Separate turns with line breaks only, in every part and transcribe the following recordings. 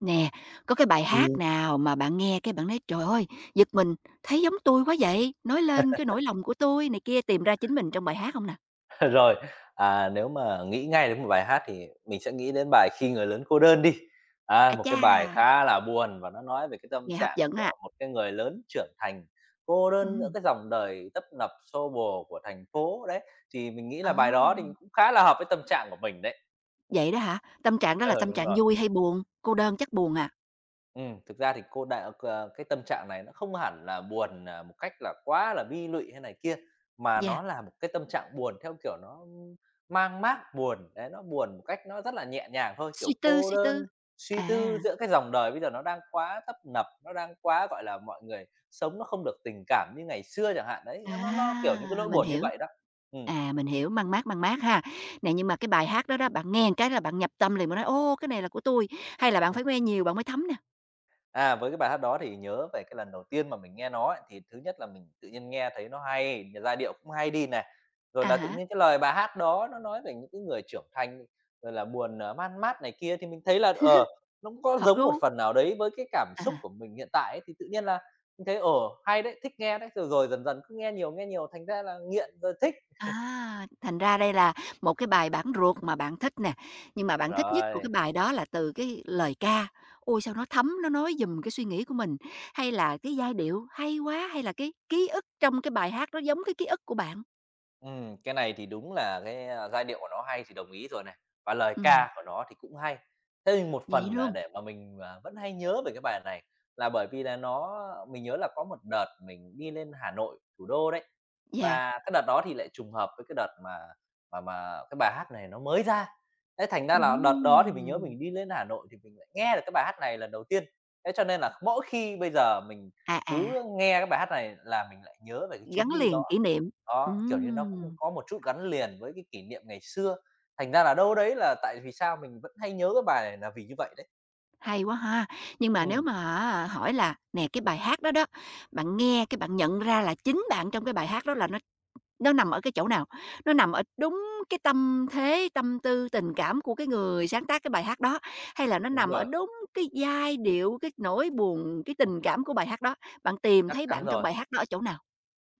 Nè, có cái bài hát
Ừm,
nào mà bạn nghe cái bạn nói "Trời ơi, giật mình, thấy giống tôi quá vậy!", nói lên cái nỗi lòng của tôi này kia, tìm ra chính mình trong bài hát không nè?
rồi, nếu mà nghĩ ngay đến một bài hát thì mình sẽ nghĩ đến bài "Khi người lớn cô đơn" đi.
A
Một cái
cha!
bài khá là buồn và nó nói về cái tâm
Nghe hấp
trạng
dẫn à.
của một cái người lớn trưởng thành, cô đơn giữa
Ừm,
cái dòng đời tấp nập xô bồ của thành phố đấy, thì mình nghĩ
ồ,
là bài đó thì cũng khá là hợp với tâm trạng của mình đấy.
vậy đó hả? Tâm trạng đó là
Ờ,
tâm
đúng
trạng
rồi.
vui hay buồn? Cô đơn chắc buồn à?
Thực ra thì cô đã cái tâm trạng này nó không hẳn là buồn, một cách là quá là bi lụy hay này kia, mà
Yeah,
nó là một cái tâm trạng buồn theo kiểu nó mang mát buồn, đấy, nó buồn một cách nó rất là nhẹ nhàng thôi, kiểu
suy tư,
cô
suy tư.
đơn, suy tư
À,
giữa cái dòng đời bây giờ nó đang quá tấp nập, nó đang quá, gọi là, mọi người sống nó không được tình cảm như ngày xưa chẳng hạn, đấy, nó, kiểu, những cái nỗi
mình
buồn như
hiểu.
vậy đó. Ừm.
À, mình hiểu, mang mát ha. Nè, nhưng mà cái bài hát đó đó, bạn nghe một cái là bạn nhập tâm liền, bạn nói: "Ô, cái này là của tôi." Hay là bạn phải nghe nhiều bạn mới thấm nè?
Với cái bài hát đó thì nhớ về cái lần đầu tiên mà mình nghe nó ấy, thì thứ nhất là mình tự nhiên nghe thấy nó hay, giai điệu cũng hay đi này, rồi
À
là tự
há,
nhiên cái lời bài hát đó nó nói về những cái người trưởng thành, rồi là buồn, man mát này kia thì mình thấy là, nó cũng có
hợp
giống một
gu.
phần nào đấy với cái cảm xúc
À.
của mình hiện tại ấy, thì tự nhiên là mình thấy, hay đấy, thích nghe đấy, rồi rồi dần dần cứ nghe nhiều thành ra là nghiện rồi thích.
À, thành ra đây là một cái bài bản ruột mà bạn thích nè, nhưng mà bạn thích nhất của
Rồi.
cái bài đó là từ cái lời ca, ôi, sao nó thấm, nó nói giùm cái suy nghĩ của mình, hay là cái giai điệu hay quá, hay là cái ký ức trong cái bài hát đó giống cái ký ức của bạn?
Cái này thì đúng là cái, giai điệu của nó hay thì đồng ý rồi này, và lời
Ừm,
ca của nó thì cũng hay. Thế nhưng một
vậy
phần là
luôn?
để mà mình, vẫn hay nhớ về cái bài này là bởi vì là nó mình nhớ là có một đợt mình đi lên Hà Nội, thủ đô đấy,
Yeah,
và cái đợt đó thì lại trùng hợp với cái đợt mà mà cái bài hát này nó mới ra. Thế thành ra là đợt đó thì mình nhớ
ừm,
mình đi lên Hà Nội thì mình lại nghe được cái bài hát này lần đầu tiên. Thế cho nên là mỗi khi bây giờ mình
à, à,
cứ nghe cái bài hát này là mình lại nhớ về cái
gắn
chuyến đi
liền
đó
kỷ niệm,
đó, kiểu như, nó cũng
ừm,
có một chút gắn liền với cái kỷ niệm ngày xưa, thành ra là đâu đấy là tại vì sao mình vẫn hay nhớ cái bài này là vì như vậy đấy.
hay quá ha. Nhưng mà nếu
Ừm,
mà hỏi là, nè, cái bài hát đó đó, bạn nghe cái bạn nhận ra là chính bạn trong cái bài hát đó là nó. Nó nằm ở cái chỗ nào? Nó nằm ở đúng cái tâm thế, tâm tư, tình cảm của cái người sáng tác cái bài hát đó, hay là nó
đúng
nằm ở
rồi,
đúng cái giai điệu, cái nỗi buồn, cái tình
ừm,
cảm của bài hát đó? Bạn tìm
chắc
thấy bạn
chắn
trong
rồi.
bài hát đó ở chỗ nào?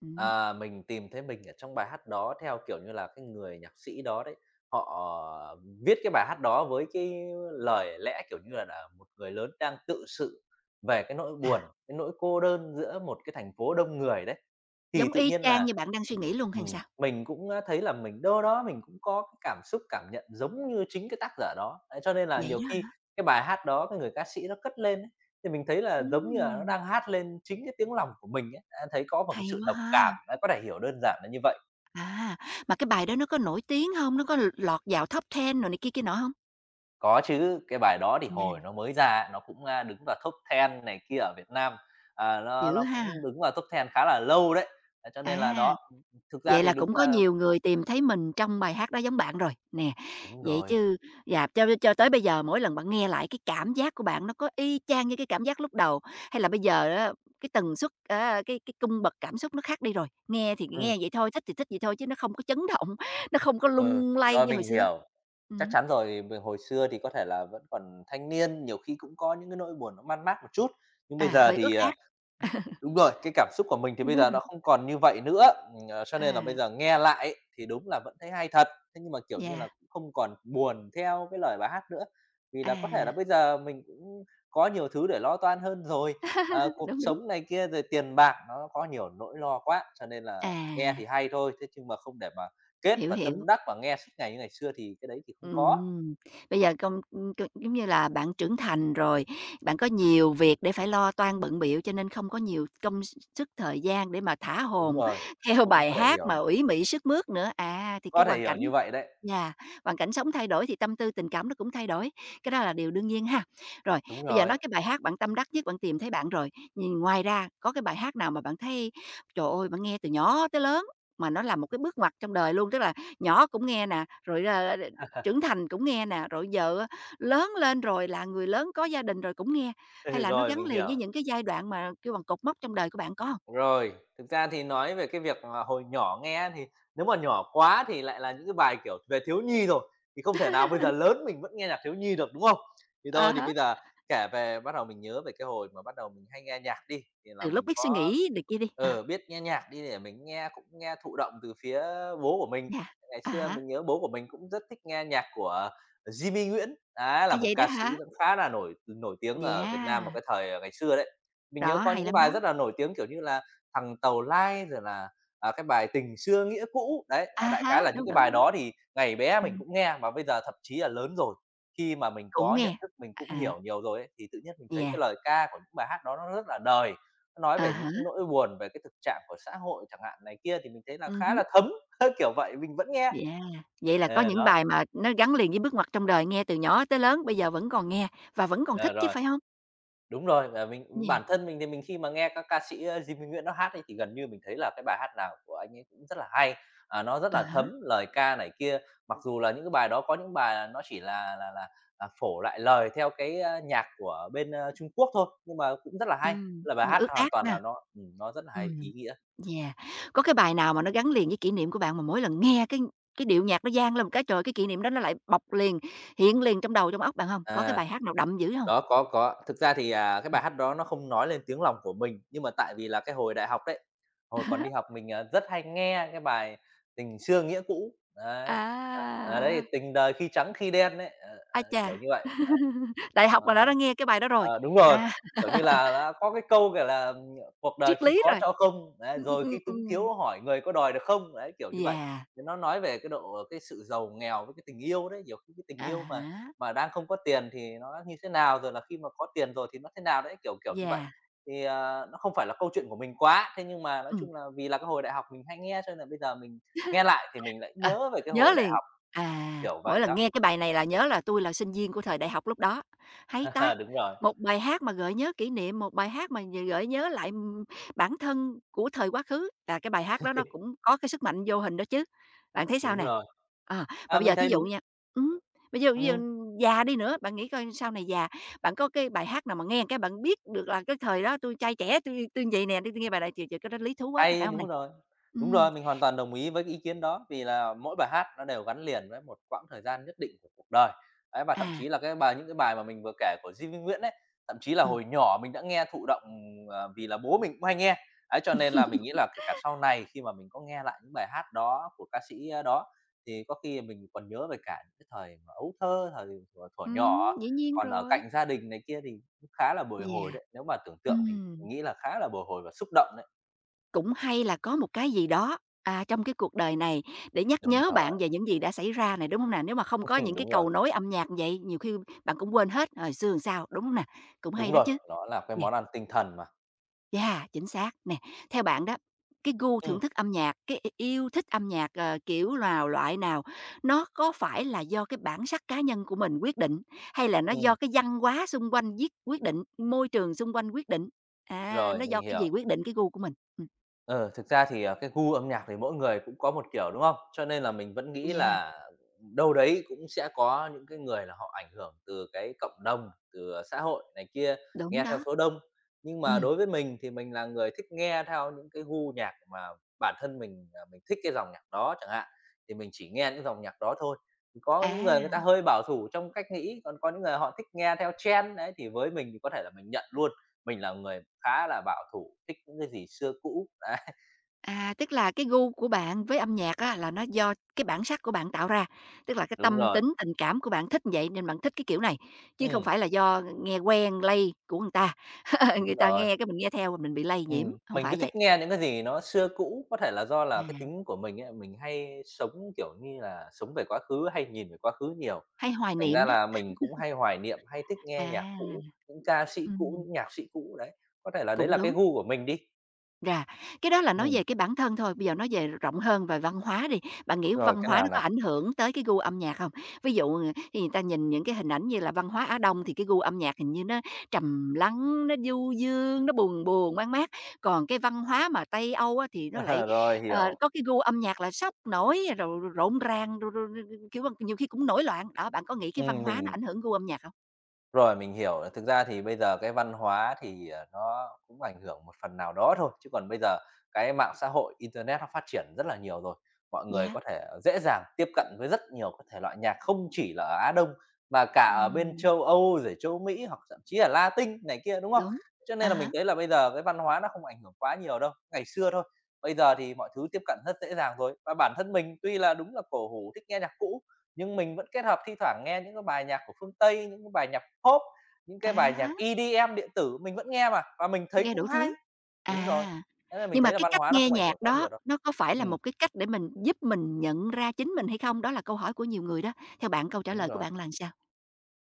Ừm,
Mình tìm thấy mình ở trong bài hát đó theo, kiểu như là, cái người nhạc sĩ đó đấy, họ viết cái bài hát đó với cái lời lẽ, kiểu như là, một người lớn đang tự sự về cái nỗi
à,
buồn, cái nỗi cô đơn giữa một cái thành phố đông người đấy. Thì
giống
tự
y
nhiên
chang như
là,
bạn đang suy
ừm,
nghĩ luôn hay sao?
mình cũng, thấy là mình đâu đó mình cũng có cái cảm xúc, cảm nhận giống như chính cái tác giả đó. Đấy, cho nên là
Vậy
nhiều
đó
khi
hả?
cái bài hát đó cái người ca sĩ nó cất lên ấy, thì mình thấy là giống như là nó
Ừm,
đang hát lên chính cái tiếng lòng của mình ấy, thấy có một cái
hay
sự
quá
đồng cảm,
ha!
có thể hiểu đơn giản là như vậy.
À, mà cái bài đó nó có nổi tiếng không? Nó có lọt vào top 10 rồi này kia kia nọ không?
Có chứ, cái bài đó thì
À,
hồi nó mới ra nó cũng, đứng vào top 10 này kia ở Việt Nam, nó
dữ
nó cũng
ha!
đứng vào top 10 khá là lâu đấy. Thế cho nên là
À.
đó, thực ra
Vậy
thì
là
đúng
cũng có
là
nhiều người tìm thấy mình trong bài hát đó giống bạn rồi, nè.
đúng
Vậy
rồi,
chứ dạ, cho tới bây giờ mỗi lần bạn nghe lại cái cảm giác của bạn nó có y chang như cái cảm giác lúc đầu, hay là bây giờ á, cái tần suất, á, cái cung bậc cảm xúc nó khác đi rồi? Nghe thì
ừm,
nghe vậy thôi, thích thì thích vậy thôi chứ nó không có chấn động, nó không có
ừ,
lung lay
rồi
như hồi
mình
xưa.
hiểu. Chắc
Ừm,
chắn rồi, mình hồi xưa thì có thể là vẫn còn thanh niên, nhiều khi cũng có những cái nỗi buồn nó man mác một chút, nhưng bây
à,
giờ
hơi ướt
thì, à
át.
Đúng rồi, cái cảm xúc của mình thì bây giờ nó không còn như vậy nữa, cho nên là
À,
bây giờ nghe lại ấy, thì đúng là vẫn thấy hay thật. Thế nhưng mà, kiểu như là,
yeah,
cũng không còn buồn theo cái lời bài hát nữa, vì là có thể
à,
là bây giờ mình cũng có nhiều thứ để lo toan hơn rồi, cuộc
đúng, đúng.
sống này kia rồi tiền bạc nó có nhiều nỗi lo quá, cho nên là nghe
À,
thì hay thôi, thế nhưng mà không để mà kết
hiểu,
và
hiểu.
tâm đắc và nghe suốt ngày như ngày xưa thì cái đấy thì không có.
Ừm, bây giờ công c giống như là bạn trưởng thành rồi, bạn có nhiều việc để phải lo toan bận bịu, cho nên không có nhiều công s sức, thời gian để mà thả
Đúng
hồn
rồi,
theo
cũng
bài
có thể
hát
hiểu
mà ủy mị sức mướt nữa. À, thì cái hoàn cảnh
như vậy đấy.
yeah, hoàn cảnh sống thay đổi thì tâm tư tình cảm nó cũng thay đổi, cái đó là điều đương nhiên ha. Rồi,
Đúng
bây giờ
rồi,
nói cái bài hát bạn tâm đắc nhất, bạn tìm thấy bạn rồi, nhìn ngoài ra có cái bài hát nào mà bạn thấy, trời ơi, bạn nghe từ nhỏ tới lớn mà nó là một cái bước ngoặt trong đời luôn? Tức là nhỏ cũng nghe nè, rồi, ờ, trưởng thành cũng nghe nè, rồi vợ lớn lên rồi là người lớn có gia đình rồi cũng nghe, hay là nó
rồi,
gắn
mình
liền với
hiểu.
những cái giai đoạn mà kêu bằng cột mốc trong đời của bạn có hông?
Rồi, thực ra thì nói về cái việc, hồi nhỏ nghe thì nếu mà nhỏ quá thì lại là những cái bài, kiểu, về thiếu nhi rồi, thì không thể nào bây giờ lớn mình vẫn nghe nhạc thiếu nhi được, đúng không? Thì
À
thôi thì
há.
bây giờ kể về bắt đầu mình nhớ về cái hồi mà bắt đầu mình hay nghe nhạc đi, thì là
Từ lúc
mình
biết suy
có
nghĩ này kia đi, à,
ừ, biết nghe nhạc đi để mình nghe cũng nghe thụ động từ phía bố của mình.
yeah,
Ngày
à
xưa
há,
mình nhớ bố của mình cũng rất thích nghe nhạc của Jimmy Nguyễn, á,
à,
là một
vậy đó
ca sĩ
hả?
cũng khá là nổi nổi tiếng ở Việt Nam vào
Yeah,
cái thời, ngày xưa đấy. Mình nhớ
đó,
có
hay
những cái
lắm
bài
đó,
rất là nổi tiếng, kiểu như là Thằng Tàu Lai rồi là, cái bài Tình Xưa Nghĩa Cũ. Đấy, à,
à
đại
há,
khái là những
đúng,
cái
đúng,
bài
đúng,
đó thì ngày bé mình
ừm,
cũng nghe, mà bây giờ thậm chí là lớn rồi, khi mà mình
cũng
có nhận
nghe,
thức, mình cũng hiểu
à,
nhiều rồi ấy, thì tự nhiên mình thấy
yeah,
cái lời ca của những bài hát đó nó rất là đời, nó nói
à
về những
há,
cái nỗi buồn, về cái thực trạng của xã hội chẳng hạn này kia, thì mình thấy là khá
hứm,
là thấm, kiểu vậy, mình vẫn nghe.
yeah. Vậy là có
Ờ,
những
đó,
bài mà nó gắn liền với bước ngoặt trong đời, nghe từ nhỏ tới lớn bây giờ vẫn còn nghe và vẫn còn thích
ờ,
chứ,
rồi.
phải hông?
Đúng rồi, và mình
Yeah,
bản thân mình thì mình khi mà nghe các ca sĩ, Di Minh Nguyễn nó hát ấy, thì gần như mình thấy là cái bài hát nào của anh ấy cũng rất là hay, nó rất
à
là thấm
há,
lời ca này kia. Mặc dù là những cái bài đó có những bài là nó chỉ là là, phổ lại lời theo cái, nhạc của bên, Trung Quốc thôi, nhưng mà cũng rất là hay, là bài
nhưng mà
hát
ước
hoàn
át
toàn
ha,
là nó rất là hay,
ừm.
ý nghĩa.
Yeah. Có cái bài nào mà nó gắn liền với kỷ niệm của bạn mà mỗi lần nghe cái điệu nhạc nó vang lên một cái, trời cái kỷ niệm đó nó lại bọc liền, hiện liền trong đầu, trong óc bạn hông? Có cái
À.
bài hát nào đậm dữ hông?
Đó, có, có. Thực ra thì, cái
Ừm.
bài hát đó nó không nói lên tiếng lòng của mình, nhưng mà tại vì là cái hồi đại học đấy, hồi còn đi học mình, rất hay nghe cái bài "Tình xưa nghĩa cũ", đấy,
À!
đấy, "Tình đời khi trắng khi đen" đấy,
Ái
kiểu
chà!
như vậy. Ờ,
Đại
Ờ,
học là đã nghe cái bài đó rồi.
đúng rồi,
À,
kiểu như là, đã có cái câu, kiểu là, "Cuộc đời
triết
khi
lý
có
rồi.
cho không, đấy,
Ừm, ừm,
rồi khi
ừm,
túng
ừm.
thiếu hỏi người có đòi được không?" Đấy, kiểu như vậy.
Yeah.
Thì nó nói về cái độ cái sự giàu nghèo với cái tình yêu đấy, nhiều khi cái tình
À
yêu mà
há.
mà đang không có tiền thì nó như thế nào, rồi là khi mà có tiền rồi thì nó thế nào đấy, kiểu, kiểu như vậy.
Yeah.
Thì, nó không phải là câu chuyện của mình quá, thế nhưng mà nói
Ừm.
chung là vì là cái hồi đại học mình hay nghe cho nên là bây giờ mình nghe lại thì mình lại
Ờ,
nhớ về cái
nhớ
hồi đại
liền.
học,
À,
kiểu
mỗi
vậy
lần
đó.
nghe cái bài này là nhớ là tôi là sinh viên của thời đại học lúc đó. Hay ta!
Đúng rồi,
Một bài hát mà gợi nhớ kỷ niệm, một bài hát mà g gợi nhớ lại, bản thân của thời quá khứ, là cái bài hát đó nó cũng có cái sức mạnh vô hình đó chứ. Bạn thấy sao
đúng
nè?
rồi.
Ờ, và
À,
bây giờ
mình
thí
thấy
dụ
đúng.
nha, ừm, bây giờ
Ừm,
già đi nữa, bạn nghĩ coi sau này già, bạn có cái bài hát nào mà nghe cái bạn biết được là cái thời đó tôi trai trẻ, tui vậy nè, tôi nghe bài này, thì trời, cái đó lý thú quá, phải
Hay,
không nè?
đúng rồi. Đúng
Ừm,
rồi, mình hoàn toàn đồng ý với cái ý kiến đó, vì là mỗi bài hát nó đều gắn liền với một quãng thời gian nhất định của cuộc đời. Ấy, và thậm
à,
chí là cái bài những cái bài mà mình vừa kể của Divi Nguyễn ấy, thậm chí là hồi nhỏ mình đã nghe thụ động, vì là bố mình cũng hay nghe. Ấy, cho nên là mình nghĩ là kể cả sau này khi mà mình có nghe lại những bài hát đó của ca sĩ, đó, thì có khi mình còn nhớ về cả những cái thời mà ấu thơ, thời thuở thuở
ừm,
nhỏ,
dĩ nhiên
còn ở
rồi.
cạnh gia đình này kia thì cũng khá là bồi hồi
Yeah,
đấy. Nếu mà tưởng tượng thì mình
ừm,
nghĩ là khá là bồi hồi và xúc động đấy.
cũng hay là có một cái gì đó, à, trong cái cuộc đời này để nhắc
Đúng
nhớ
rồi,
bạn về những gì đã xảy ra này, đúng hông nè? Nếu mà không có những cái
đúng rồi,
cầu nối âm nhạc vậy, nhiều khi bạn cũng quên hết hồi xưa làm sao, đúng hông nè? Cũng hay
đúng
đó
rồi,
chứ.
nó là cái món ăn tinh thần mà.
Dạ chính xác nè. Theo bạn đó, cái gu thưởng
Ừm,
thức âm nhạc, cái i yêu thích âm nhạc, ờ, kiểu nào, loại nào, nó có phải là do cái bản sắc cá nhân của mình quyết định, hay là nó do
ừm,
cái văn hóa xung quanh viết quyết định, môi trường xung quanh quyết định? À,
rồi,
nó do
mình
cái gì
hiểu.
quyết định cái gu của mình?
Ờ, thực ra thì, cái gu âm nhạc thì mỗi người cũng có một kiểu, đúng không? Cho nên là mình vẫn nghĩ
Yeah,
là đâu đấy cũng sẽ có những cái người là họ ảnh hưởng từ cái cộng đồng, từ, xã hội này kia,
đúng
nghe theo
đó.
số đông. Nhưng
Ừ,
mà đối với mình thì mình là người thích nghe theo những cái gu nhạc mà bản thân mình, mình thích cái dòng nhạc đó chẳng hạn, thì mình chỉ nghe những dòng nhạc đó thôi. Thì có những
à.
người người ta hơi bảo thủ trong cách nghĩ, còn có những người họ thích nghe theo trend, đấy, thì với mình thì có thể là mình nhận luôn. Mình là người khá là bảo thủ, thích những cái gì xưa cũ, đấy.
À, tức là cái gu của bạn với âm nhạc á là nó do cái bản sắc của bạn tạo ra, tức là cái
Đúng
tâm
rồi,
tính, tình cảm của bạn thích vậy nên bạn thích cái kiểu này, chứ không
ừm,
phải là do nghe quen, lây của người ta. Người
đúng
ta
rồi,
nghe cái mình nghe theo mình bị lây nhiễm, không
mình cứ
phải vậy.
thích nghe những cái gì nó xưa cũ, có thể là do
À,
là cái tính của mình ấy, mình hay sống, kiểu như là, sống về quá khứ, hay nhìn về quá khứ nhiều,
hay hoài
thành ra
niệm đó.
là mình cũng hay hoài niệm, hay thích nghe nhạc
À,
cũ, những ca sĩ cũ,
ừm,
những nhạc sĩ cũ, đấy. Có thể là đấy
cũng
là cái
đúng.
gu của mình đi.
Rà, cái đó là nói
Ừm,
về cái bản thân thôi, bây giờ nói về rộng hơn về văn hóa đi, bạn nghĩ văn
rồi cái
hóa
nào
nó có
nào?
ảnh hưởng tới cái gu âm nhạc không? Ví dụ, ờ, thì người ta nhìn những cái hình ảnh như là văn hóa Á Đông thì cái gu âm nhạc hình như nó trầm lắng, nó du dương, nó buồn buồn, mát mát, còn cái văn hóa mà Tây Âu á thì nó lại,
Rồi,
ờ,
hiểu.
có cái gu âm nhạc là sốc nổi rồi rộn ràng, rồi rồi rồi, kiểu, bằng nhiều khi cũng nổi loạn. Đó, bạn có nghĩ cái văn hóa nó
Mình
ảnh hưởng gu âm nhạc không?
Rồi, mình hiểu là thực ra thì bây giờ cái văn hóa thì, nó cũng ảnh hưởng một phần nào đó thôi, chứ còn bây giờ cái mạng xã hội, internet nó phát triển rất là nhiều rồi. Mọi người
Dạ.
có thể dễ dàng tiếp cận với rất nhiều các thể loại nhạc không chỉ là ở Á Đông mà cả ở bên
Ừm.
châu Âu, rồi châu Mỹ hoặc thậm chí là Latin này kia, đúng không?
Đúng.
Cho
À
nên là mình
há,
thấy là bây giờ cái văn hóa nó không ảnh hưởng quá nhiều đâu, ngày xưa thôi. Bây giờ thì mọi thứ tiếp cận rất dễ dàng rồi, và bản thân mình tuy là đúng là cổ hủ thích nghe nhạc cũ, nhưng mình vẫn kết hợp thi thoảng nghe những cái bài nhạc của phương Tây, những cái bài nhạc Pop, những
à
cái bài
há,
nhạc EDM điện tử mình vẫn nghe mà, và mình thấy
nghe
cũng
đủ
hay.
thứ.
Đúng rồi,
À,
thế là mình
nhưng mà
thấy là
cái
văn
cách
hóa nó
nghe
không ảnh hưởng
nhạc
quá
đó
nhiều đâu.
nó có phải
Ừ,
là một cái cách để mình giúp mình nhận ra chính mình hay không? Đó là câu hỏi của nhiều người đó. Theo bạn câu trả
đúng
lời của
rồi.
bạn là sao?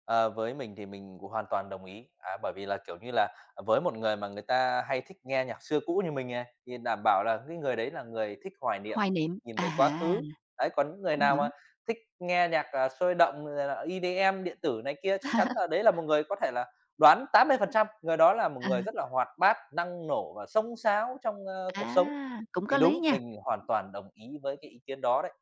Ờ, với mình thì mình cũng hoàn toàn đồng ý, bởi vì là, kiểu như là, với một người mà người ta hay thích nghe nhạc xưa cũ như mình nè, thì đảm bảo là cái người đấy là người thích hoài niệm,
Hoài
thích
niệm.
nhìn
À
về quá
ha,
khứ. Đấy, còn những người
cũng
nào mà
đúng.
thích nghe nhạc, sôi động rồi là EDM điện tử này kia, chắc chắn là đấy là một người có thể là đoán 80% người đó là một người rất là hoạt bát, năng nổ và xông xáo trong, cuộc sống.
À, cũng có
Thì
lý
đúng,
nha.
mình hoàn toàn đồng ý với cái ý kiến đó đấy.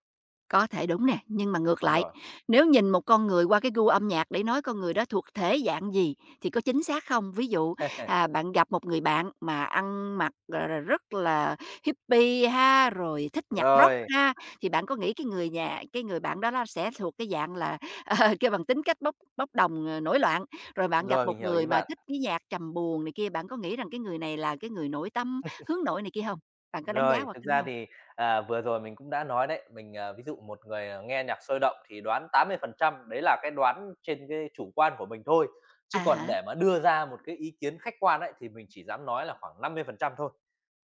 Có thể đúng nè, nhưng mà ngược
Đúng
lại,
rồi.
nếu nhìn một con người qua cái gu âm nhạc để nói con người đó thuộc thể dạng gì thì có chính xác không? Ví dụ, à, bạn gặp một người bạn mà ăn mặc, gọi là, rất là hippie ha, rồi thích nhạc rock
Rồi,
ha, thì bạn có nghĩ cái người bạn đó đó sẽ thuộc cái dạng là, ờ, kêu bằng tính cách bốc bốc đồng, ờ, nổi loạn? Rồi bạn gặp
rồi, mình
một
hiểu
người
ý
mà
bạn.
thích cái nhạc trầm buồn này kia, bạn có nghĩ rằng cái người này là cái người nội tâm, hướng nội này kia không? Bạn có đánh giá
Rồi,
qua
thực
cái đó
ra
hông?
thì, vừa rồi mình cũng đã nói đấy, mình, ví dụ một người, nghe nhạc sôi động thì đoán 80%, đấy là cái đoán trên cái chủ quan của mình thôi, chứ
À
còn
hả,
để mà đưa ra một cái ý kiến khách quan ấy, thì mình chỉ dám nói là khoảng 50% thôi.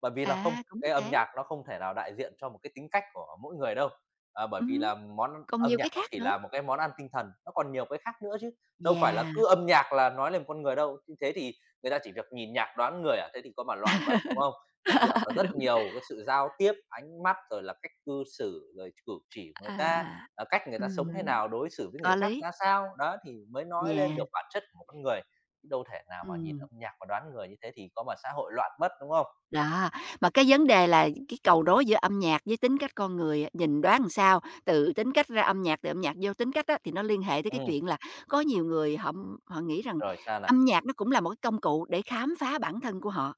Bởi vì là không
à, cũng có
Cái âm
thể.
nhạc nó không thể nào đại diện cho một cái tính cách của mỗi người đâu, bởi vì
Ừm.
là món
Còn
âm
nhiều
nhạc
cái
nó
khác
chỉ
nữa.
là một cái món ăn tinh thần, nó còn nhiều cái khác nữa chứ, đâu phải là
Yeah,
cứ âm nhạc là nói lên một con người đâu. Như thế thì người ta chỉ việc nhìn nhạc đoán người à, thế thì có mà loạn mất, đúng không? Phải dựa vào rất
đúng.
nhiều cái sự giao tiếp, ánh mắt, rồi là cách cư xử, rồi cử chỉ của người ta,
À,
cách người ta sống thế
ừm,
nào, đối xử với
có
người khác
lý.
ra sao, đó, thì mới nói lên
Yeah,
được bản chất của một con người, chứ đâu thể nào mà nhìn
ừm,
âm nhạc và đoán người như thế thì có mà xã hội loạn mất, đúng không?
đó. Mà cái vấn đề là cái cầu nối giữa âm nhạc với tính cách con người á, nhìn đoán làm sao, từ tính cách ra âm nhạc, từ âm nhạc vô tính cách á, thì nó liên hệ tới cái
Ừ,
chuyện là có nhiều người họ họ nghĩ rằng
rồi sao nào?
âm nhạc nó cũng là một cái công cụ để khám phá bản thân của họ.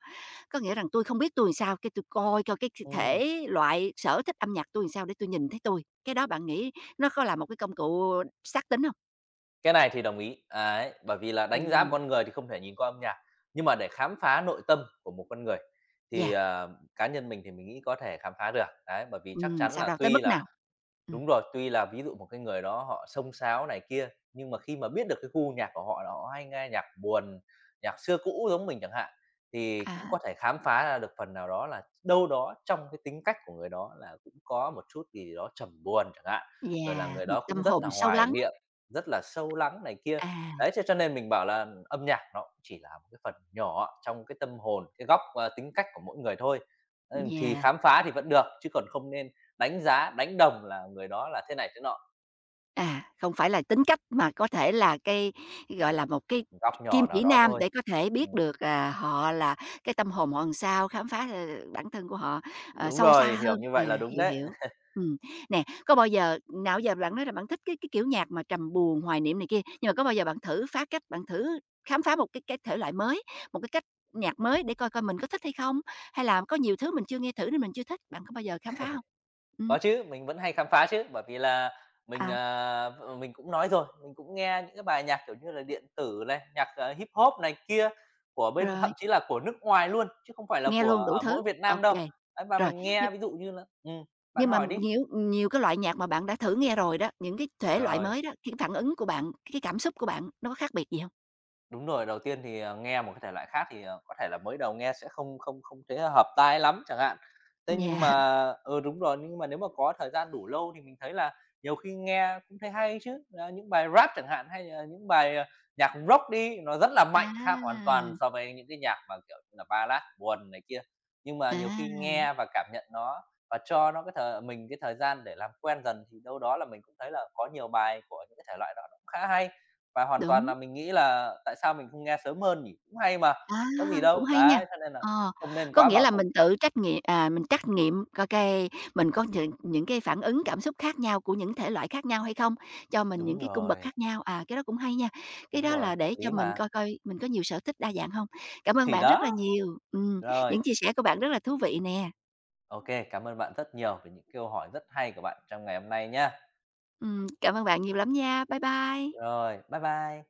Có nghĩa rằng tôi không biết tui sao, cái tôi coi coi cái
Ừ,
thể loại, sở thích âm nhạc tui sao để tôi nhìn thấy tôi. Cái đó bạn nghĩ nó có là một cái công cụ xác tính hông?
cái này thì đồng ý, ấy, bởi vì là đánh giá một
Ừm,
con người thì không thể nhìn qua âm nhạc, nhưng mà để khám phá nội tâm của một con người thì,
yeah,
cá nhân mình thì mình nghĩ có thể khám phá được, đấy, bởi vì chắc chắn
sao
là
đâu? Tới
tuy
mức
là
nào? Ừm.
Đúng rồi, tuy là ví dụ một cái người đó họ xông xáo này kia, nhưng mà khi mà biết được cái gu nhạc của họ là họ hay nghe nhạc buồn, nhạc xưa cũ giống mình chẳng hạn, thì
À
cũng
há,
có thể khám phá ra được phần nào đó là đâu đó trong cái tính cách của người đó là cũng có một chút gì đó trầm buồn chẳng hạn, rồi là
yeah,
người
một
đó cũng
tâm
rất
hồn
là
sâu
hoài
lắng,
niệm, rất là sâu lắng này kia.
à,
Đấy, thế cho nên mình bảo là âm nhạc nó cũng chỉ là một cái phần nhỏ trong cái tâm hồn, cái góc, tính cách của mỗi người thôi. Thì
yeah.
khám phá thì vẫn được, chứ còn không nên đánh giá, đánh đồng là người đó là thế này thế nọ,
À, không phải là tính cách mà có thể là cái, gọi là, một cái
góc
kim
nhỏ nào
chỉ
đó
nam
thôi.
để có thể
Ừm,
biết được, à, họ là cái tâm hồn họ làm sao, khám phá, ờ, bản thân của họ, ờ,
đúng
sâu xa
rồi, hiểu
hơn.
như vậy
À,
là đúng
hiểu,
đấy.
hiểu. Ừm, nè, có bao giờ nào giờ bạn nói là bạn thích cái kiểu nhạc mà trầm buồn, hoài niệm này kia, nhưng mà có bao giờ bạn thử phá cách, bạn thử khám phá một cái thể loại mới, một cái cách nhạc mới để coi coi mình có thích hay không? Hay là có nhiều thứ mình chưa nghe thử nên mình chưa thích, bạn có bao giờ khám phá không? Ừm,
Có chứ, mình vẫn hay khám phá chứ, bởi vì là mình,
ờ,
mình cũng nói rồi, mình cũng nghe những cái bài nhạc, kiểu như là, điện tử này, nhạc, hip hop này kia của bên
rồi.
thậm chí là của nước ngoài luôn, chứ không phải là
Nghe
của
luôn đủ
ở
thứ,
mỗi Việt
ô
Nam đâu.
kê.
Ấy, và
Rồi,
mình
nhưng
nghe ví dụ như là bạn
nhưng mà
hỏi đi.
nhiều nhiều cái loại nhạc mà bạn đã thử nghe rồi đó, những cái thể loại
Rồi.
mới đó, cái phản ứng của bạn, cái cảm xúc của bạn nó có khác biệt gì hông?
Đúng rồi, đầu tiên thì, nghe một cái thể loại khác thì, có thể là mới đầu nghe sẽ không không không thấy hợp tai lắm chẳng hạn. Thế nhưng
Yeah.
mà ừ, đúng rồi, nhưng mà nếu mà có thời gian đủ lâu thì mình thấy là nhiều khi nghe cũng thấy hay chứ. Ờ, những bài Rap chẳng hạn hay là những bài, nhạc Rock đi, nó rất là
À,
mạnh, khác hoàn toàn so với những cái nhạc mà, kiểu như là, Ballad buồn này kia. Nhưng mà nhiều
à,
khi nghe và cảm nhận nó và cho nó cái thời gian để làm quen dần thì đâu đó là mình cũng thấy là có nhiều bài của những cái thể loại đó nó cũng khá hay. Và hoàn toàn
đúng.
là mình nghĩ là tại sao mình không nghe sớm hơn nhỉ? Cũng hay mà,
À,
có gì
cũng
đâu.
hay nha.
Đấy, cho nên là
Ờ,
không nên
có
quá
nghĩa
bảo
là
thủ.
mình tự trắc nghiệm à, mình trắc nghiệm coi cái mình có những cái phản ứng cảm xúc khác nhau của những thể loại khác nhau hay không, cho mình những
Đúng
cái cung bậc
rồi,
khác nhau. À, cái đó cũng hay nha. Cái
đúng
đó
rồi,
là
hợp
để cho
lý
mình
mà.
coi coi mình có nhiều sở thích đa dạng không? Cảm ơn
Thì
bạn rất là
đó,
nhiều.
rồi,
Những chia sẻ của bạn rất là thú vị nè.
ô kê, cảm ơn bạn rất nhiều về những câu hỏi rất hay của bạn trong ngày hôm nay nhá.
Cảm ơn bạn nhiều lắm nha. Bye bye.
Rồi, bye bye.